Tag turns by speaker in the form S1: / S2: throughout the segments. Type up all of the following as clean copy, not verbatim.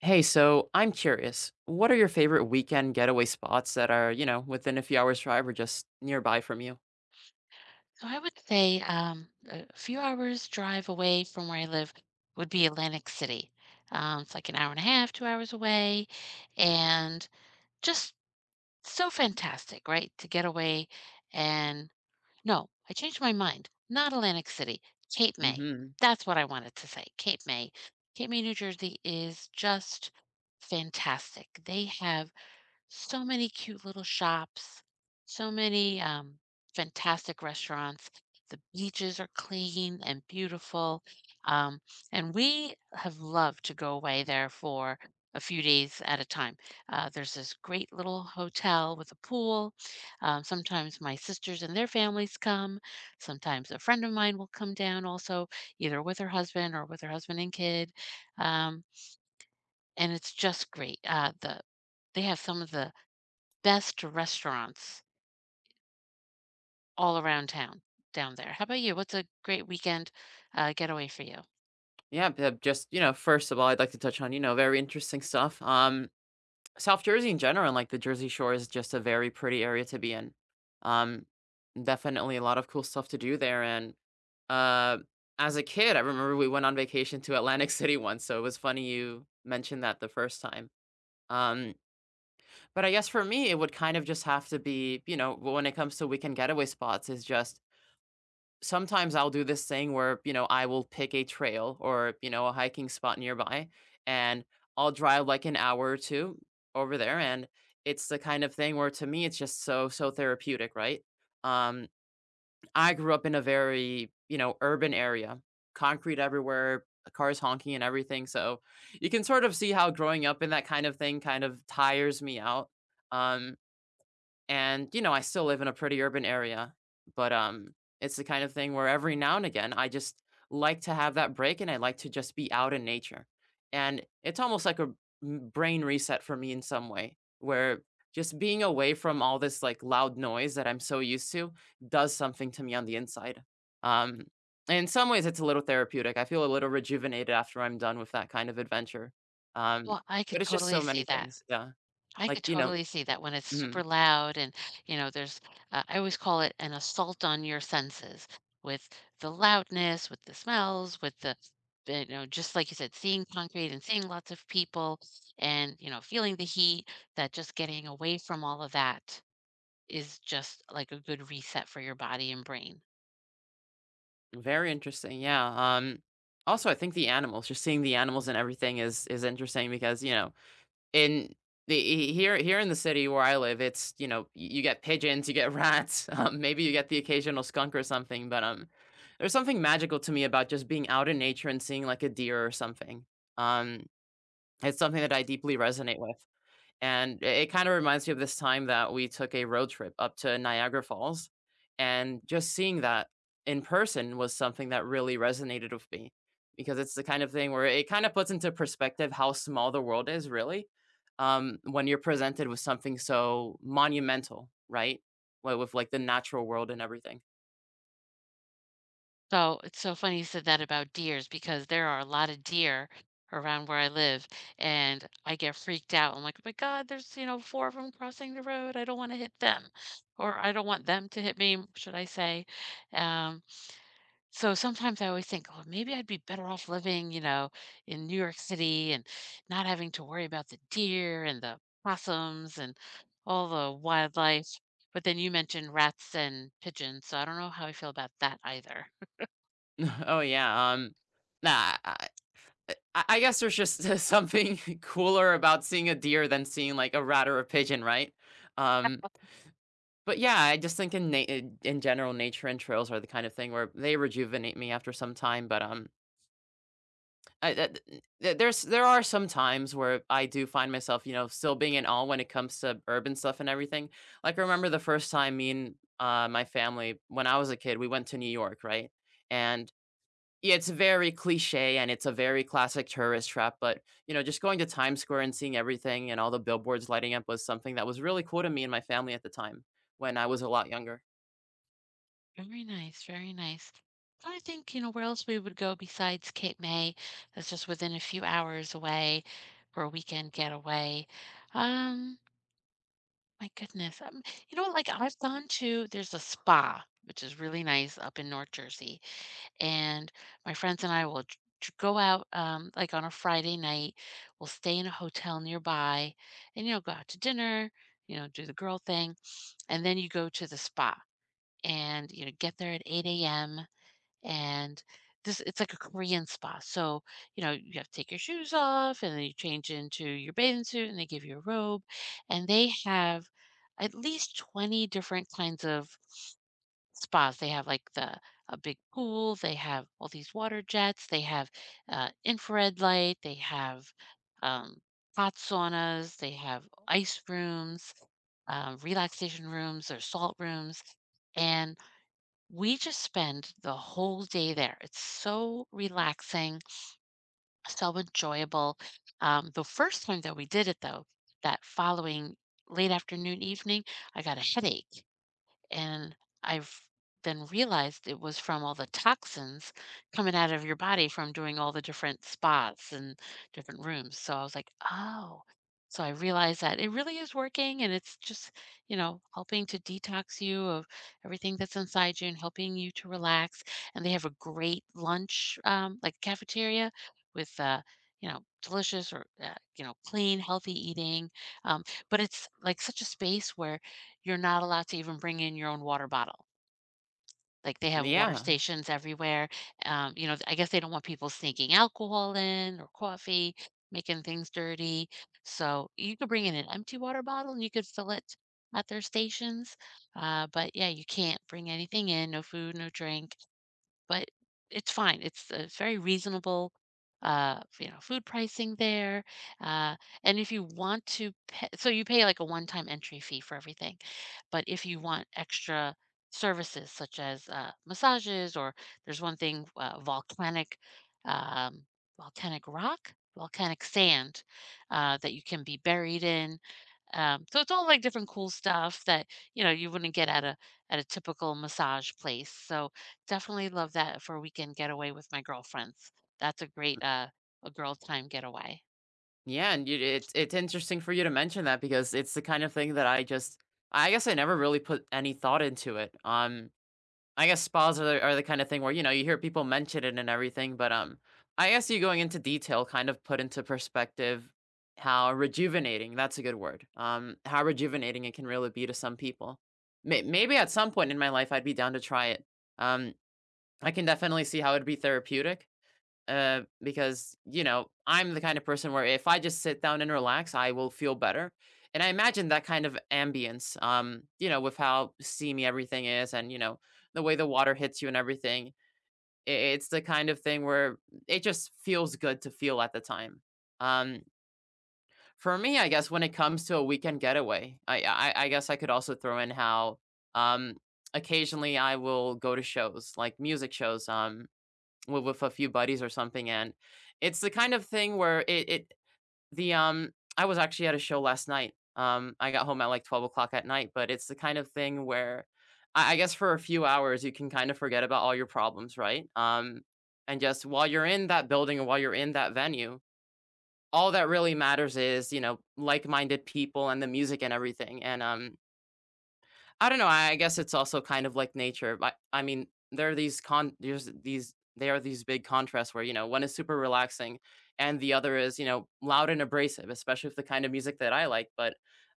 S1: Hey, so I'm curious, what are your favorite weekend getaway spots that are, within a few hours drive or just nearby from you?
S2: So I would say a few hours drive away from where I live would be Atlantic City. It's like an hour and a half, 2 hours away, and just so fantastic, right? To get away and no, I changed my mind. Not Atlantic City, Cape May.
S1: Hmm.
S2: That's what I wanted to say. Cape May. Cape May, New Jersey is just fantastic. They have so many cute little shops, so many fantastic restaurants. The beaches are clean and beautiful. Um, and we have loved to go away there for a few days at a time. There's this great little hotel with a pool. Sometimes my sisters and their families come. Sometimes a friend of mine will come down also, either with her husband or with her husband and kid. Um, and it's just great. They have some of the best restaurants all around town down there. How about you? What's a great weekend, getaway for you?
S1: Yeah, just, first of all, I'd like to touch on, very interesting stuff. South Jersey in general and like the Jersey Shore is just a very pretty area to be in. Um, definitely a lot of cool stuff to do there. And Uh, as a kid, I remember we went on vacation to Atlantic City once, so it was funny you mentioned that the first time. Um, but I guess for me, it would kind of just have to be, when it comes to weekend getaway spots, is just sometimes I'll do this thing where, I will pick a trail or, a hiking spot nearby and I'll drive like an hour or two over there. And it's the kind of thing where to me, it's just so, so therapeutic, right? Um, I grew up in a very, urban area, concrete everywhere, cars honking and everything. So you can sort of see how growing up in that kind of thing kind of tires me out. Um, and, I still live in a pretty urban area, but it's the kind of thing where every now and again I just like to have that break and I like to just be out in nature. And it's almost like a brain reset for me in some way where just being away from all this like loud noise that I'm so used to does something to me on the inside. Um and in some ways it's a little therapeutic. I feel a little rejuvenated after I'm done with that kind of adventure. Um
S2: Well, I
S1: but
S2: could
S1: it's just
S2: totally
S1: so many
S2: see that.
S1: things. Yeah.
S2: I
S1: Like,
S2: could totally see that when it's
S1: mhm.
S2: super loud and, you know, there's I always call it an assault on your senses with the loudness, with the smells, with the you know, just like you said, seeing concrete and seeing lots of people and, you know, feeling the heat, that just getting away from all of that is just like a good reset for your body and brain.
S1: Very interesting. Yeah. Um also I think the animals, just seeing the animals and everything is interesting because, in the here in the city where I live, it's, you get pigeons, you get rats, maybe you get the occasional skunk or something, but there's something magical to me about just being out in nature and seeing like a deer or something. Um it's something that I deeply resonate with. And it kinda reminds me of this time that we took a road trip up to Niagara Falls, and just seeing that in person was something that really resonated with me, because it's the kind of thing where it kinda puts into perspective how small the world is really, when you're presented with something so monumental, right? Wi with, like, the natural world and everything.
S2: So it's so funny you said that about deers because there are a lot of deer around where I live, and I get freaked out. I'm like, oh my God, there's, you know, four of them crossing the road. I don't want to hit them, or I don't want them to hit me, should I say. Um, so sometimes I always think, oh, maybe I'd be better off living, you know, in New York City and not having to worry about the deer and the possums and all the wildlife. But then you mentioned rats and pigeons, so I don't know how I feel about that either.
S1: Oh, yeah, nah, I guess there's just something cooler about seeing a deer than seeing, like, a rat or a pigeon, right? Um But yeah, I just think in general, nature and trails are the kind of thing where they rejuvenate me after some time, but, I that th there's there are some times where I do find myself, still being in awe when it comes to urban stuff and everything. Like, I remember the first time me and, my family when I was a kid, we went to New York, right? And, yeah, it's very cliché, and it's a very classic tourist trap, but, just going to Times Square and seeing everything and all the billboards lighting up was something that was really cool to me and my family at the time when I was a lot younger.
S2: Very nice, very nice. So I think, you know, where else we would go besides Cape May? That's just within a few hours away for a weekend getaway. Um, my goodness. You know, like I've gone to, there's a spa, which is really nice up in North Jersey. And my friends and I will go out like on a Friday night. We'll stay in a hotel nearby and, you know, go out to dinner, you know, do the girl thing. And then you go to the spa and, you know, get there at 8 a.m and this it's like a Korean spa. So, you know, you have to take your shoes off and then you change into your bathing suit and they give you a robe. And they have at least 20 different kinds of spas. They have like the a big pool, they have all these water jets, they have infrared light, they have um, hot saunas, they have ice rooms, relaxation rooms or salt rooms. And we just spend the whole day there. It's so relaxing, so enjoyable. The first time that we did it, though, that following late afternoon, evening, I got a headache. And I've then realized it was from all the toxins coming out of your body from doing all the different spots and different rooms. So I was like, oh. So I realized that it really is working and it's just, you know, helping to detox you of everything that's inside you and helping you to relax. And they have a great lunch, like cafeteria with, you know, delicious or, you know, clean, healthy eating. Um, but it's like such a space where you're not allowed to even bring in your own water bottle. Like, they have water
S1: Yeah,
S2: stations everywhere, you know, I guess they don't want people sneaking alcohol in or coffee, making things dirty, so you could bring in an empty water bottle and you could fill it at their stations, but yeah, you can't bring anything in, no food, no drink. But it's fine. It's a very reasonable, you know, food pricing there. Uh, and if you want to pay, so you pay like a one-time entry fee for everything. But if you want extra services such as massages, or there's one thing, um, volcanic rock, volcanic sand, that you can be buried in. So it's all like different cool stuff that, you know, you wouldn't get at a typical massage place. So definitely love that for a weekend getaway with my girlfriends. That's a great a girl time getaway.
S1: yeah, and you it's interesting for you to mention that because it's the kind of thing that I guess I never really put any thought into it. I guess spas are the kind of thing where you know you hear people mention it and everything, but I guess you going into detail kind of put into perspective how rejuvenating that's a good word. How rejuvenating it can really be to some people. Maybe at some point in my life I'd be down to try it. Um, I can definitely see how it'd be therapeutic because you know I'm the kind of person where if I just sit down and relax, I will feel better. And I imagine that kind of ambience, with how steamy everything is, and you know the way the water hits you and everything. It's the kind of thing where it just feels good to feel at the time. Um, for me, I guess when it comes to a weekend getaway, I guess I could also throw in how um, occasionally I will go to shows like music shows. With a few buddies or something, and it's the kind of thing where the, um I was actually at a show last night. I got home at, like, 12 o'clock at night, but it's the kind of thing where I guess for a few hours, you can kind of forget about all your problems, right? And just while you're in that building and while you're in that venue, all that really matters is, like-minded people and the music and everything, and, I don't know, I guess it's also kind of like nature, but, I mean, there are these con there's these there are these big contrasts where, one is super relaxing and the other is, loud and abrasive, especially with the kind of music that I like, but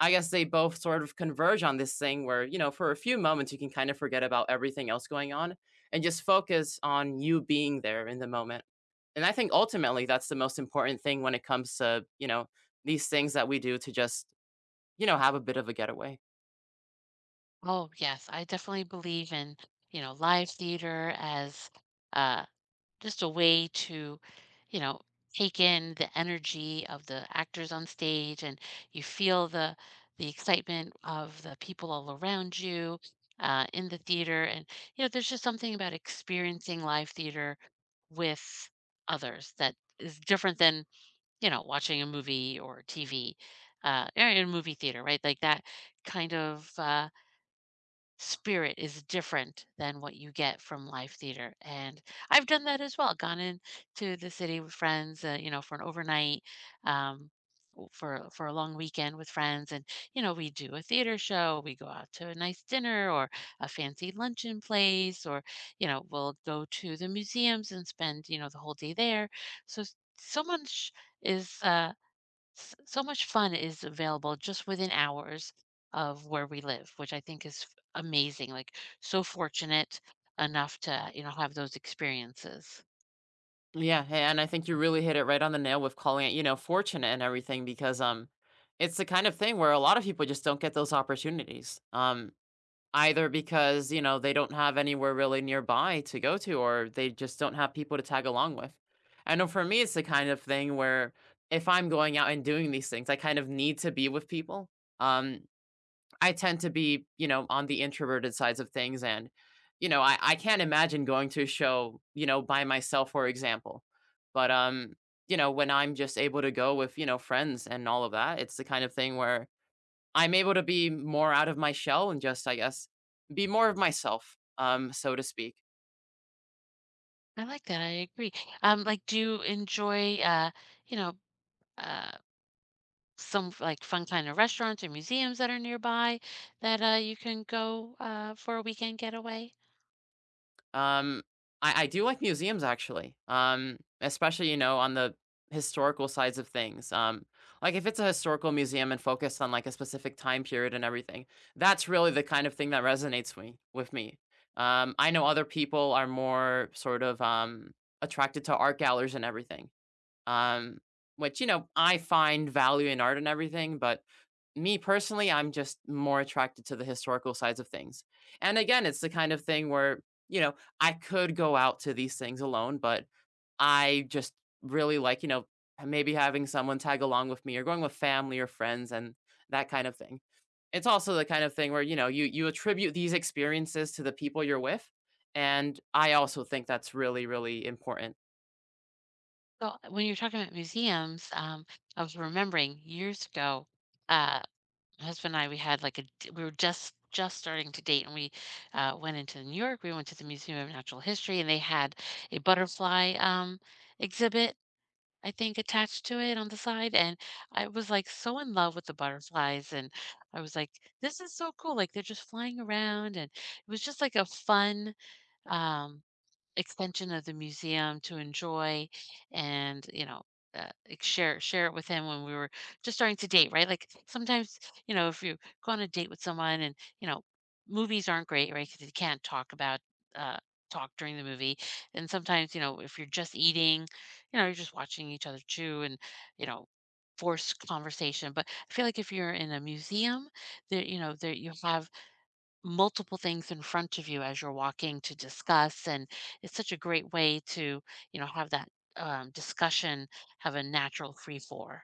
S1: I guess they both sort of converge on this thing where, for a few moments you can kind of forget about everything else going on and just focus on you being there in the moment. And I think ultimately that's the most important thing when it comes to, these things that we do to just, have a bit of a getaway.
S2: Oh yes, I definitely believe in, you know, live theater as uh just a way to, you know, take in the energy of the actors on stage and you feel the excitement of the people all around you in the theater. And, you know, there's just something about experiencing live theater with others that is different than, you know, watching a movie or TV or in a movie theater, right? Like that kind of spirit is different than what you get from live theater, and I've done that as well, gone into the city with friends, you know, for an overnight, um, w for a long weekend with friends, and, you know, we do a theater show, we go out to a nice dinner or a fancy luncheon place, or, you know, we'll go to the museums and spend, you know, the whole day there, so s so much is, uh so much fun is available just within hours of where we live, which I think is amazing. Like so fortunate enough to, you know, have those experiences.
S1: Yeah, hey, and I think you really hit it right on the nail with calling it, fortunate and everything because it's the kind of thing where a lot of people just don't get those opportunities. Either because, they don't have anywhere really nearby to go to or they just don't have people to tag along with. I know for me it's the kind of thing where if I'm going out and doing these things, I kind of need to be with people. Um I tend to be, on the introverted sides of things. And, I can't imagine going to a show, by myself, for example. But, when I'm just able to go with, friends and all of that, it's the kind of thing where I'm able to be more out of my shell and just, I guess, be more of myself, so to speak.
S2: I like that. I agree. Like, do you enjoy, you know, uh, some like fun kind of restaurants or museums that are nearby that you can go for a weekend getaway?
S1: Um, I do like museums actually, especially, on the historical sides of things. Like if it's a historical museum and focused on like a specific time period and everything, that's really the kind of thing that resonates me with me. I know other people are more sort of attracted to art galleries and everything, um, which you know I find value in art and everything, but me personally, I'm just more attracted to the historical sides of things. And again, it's the kind of thing where, I could go out to these things alone, but I just really like, maybe having someone tag along with me or going with family or friends and that kind of thing. It's also the kind of thing where, you attribute these experiences to the people you're with. And I also think that's really, really important.
S2: So when you're talking about museums, I was remembering years ago. Uh, My husband and I, we had like we were just starting to date, and we went into New York. We went to the Museum of Natural History, and they had a butterfly exhibit, I think, attached to it on the side. And I was like so in love with the butterflies, and I was like, "This is so cool! Like they're just flying around," and it was just like a fun. Um, Extension of the museum to enjoy and you know like, share it with him when we were just starting to date, right? Like sometimes, you know, if you go on a date with someone and, you know, movies aren't great, right? Because you can't talk about uh talk during the movie. And sometimes, you know, if you're just eating, you know, you're just watching each other chew and, you know, forced conversation. But I feel like if you're in a museum, there, you know, there you have multiple things in front of you as you're walking to discuss and it's such a great way to, you know, have that discussion, have a natural free for.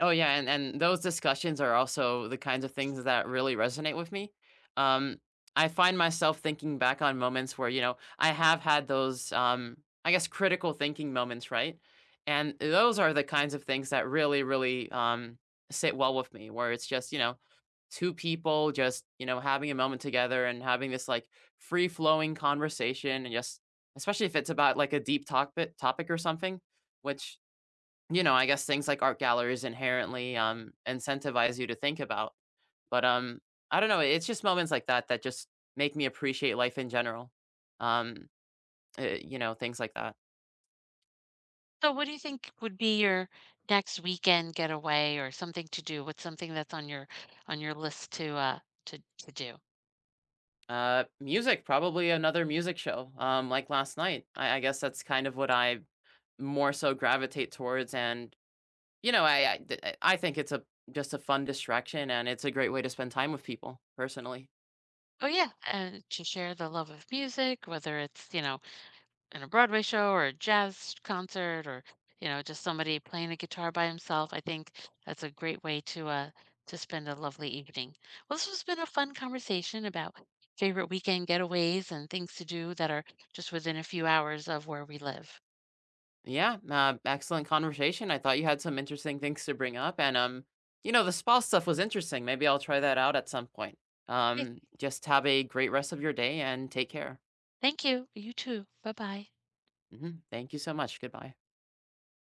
S1: Oh, yeah, and those discussions are also the kinds of things that really resonate with me. Um, I find myself thinking back on moments where, I have had those, I guess, critical thinking moments, right? And those are the kinds of things that really, really sit well with me, where it's just, two people just, having a moment together and having this like free flowing conversation and just, especially if it's about like a deep topic or something, which you know, I guess things like art galleries inherently, incentivize you to think about, but, I don't know, it's just moments like that that just make me appreciate life in general. Um, things like that.
S2: So what do you think would be your next weekend getaway or something to do? What's something that's on your list to do?
S1: Music, probably another music show, like last night. I guess that's kind of what I more so gravitate towards and, I I think it's a just a fun distraction and it's a great way to spend time with people, personally.
S2: Oh yeah, and to share the love of music, whether it's, you know, in a Broadway show or a jazz concert or, you know, just somebody playing a guitar by himself. I think that's a great way to spend a lovely evening. Well, this has been a fun conversation about favorite weekend getaways and things to do that are just within a few hours of where we live.
S1: Yeah, excellent conversation. I thought you had some interesting things to bring up, and the spa stuff was interesting. Maybe I'll try that out at some point.
S2: Okay.
S1: Just have a great rest of your day and take care.
S2: Thank you. You too. Bye-bye.
S1: Hmm. Thank you so much. Goodbye.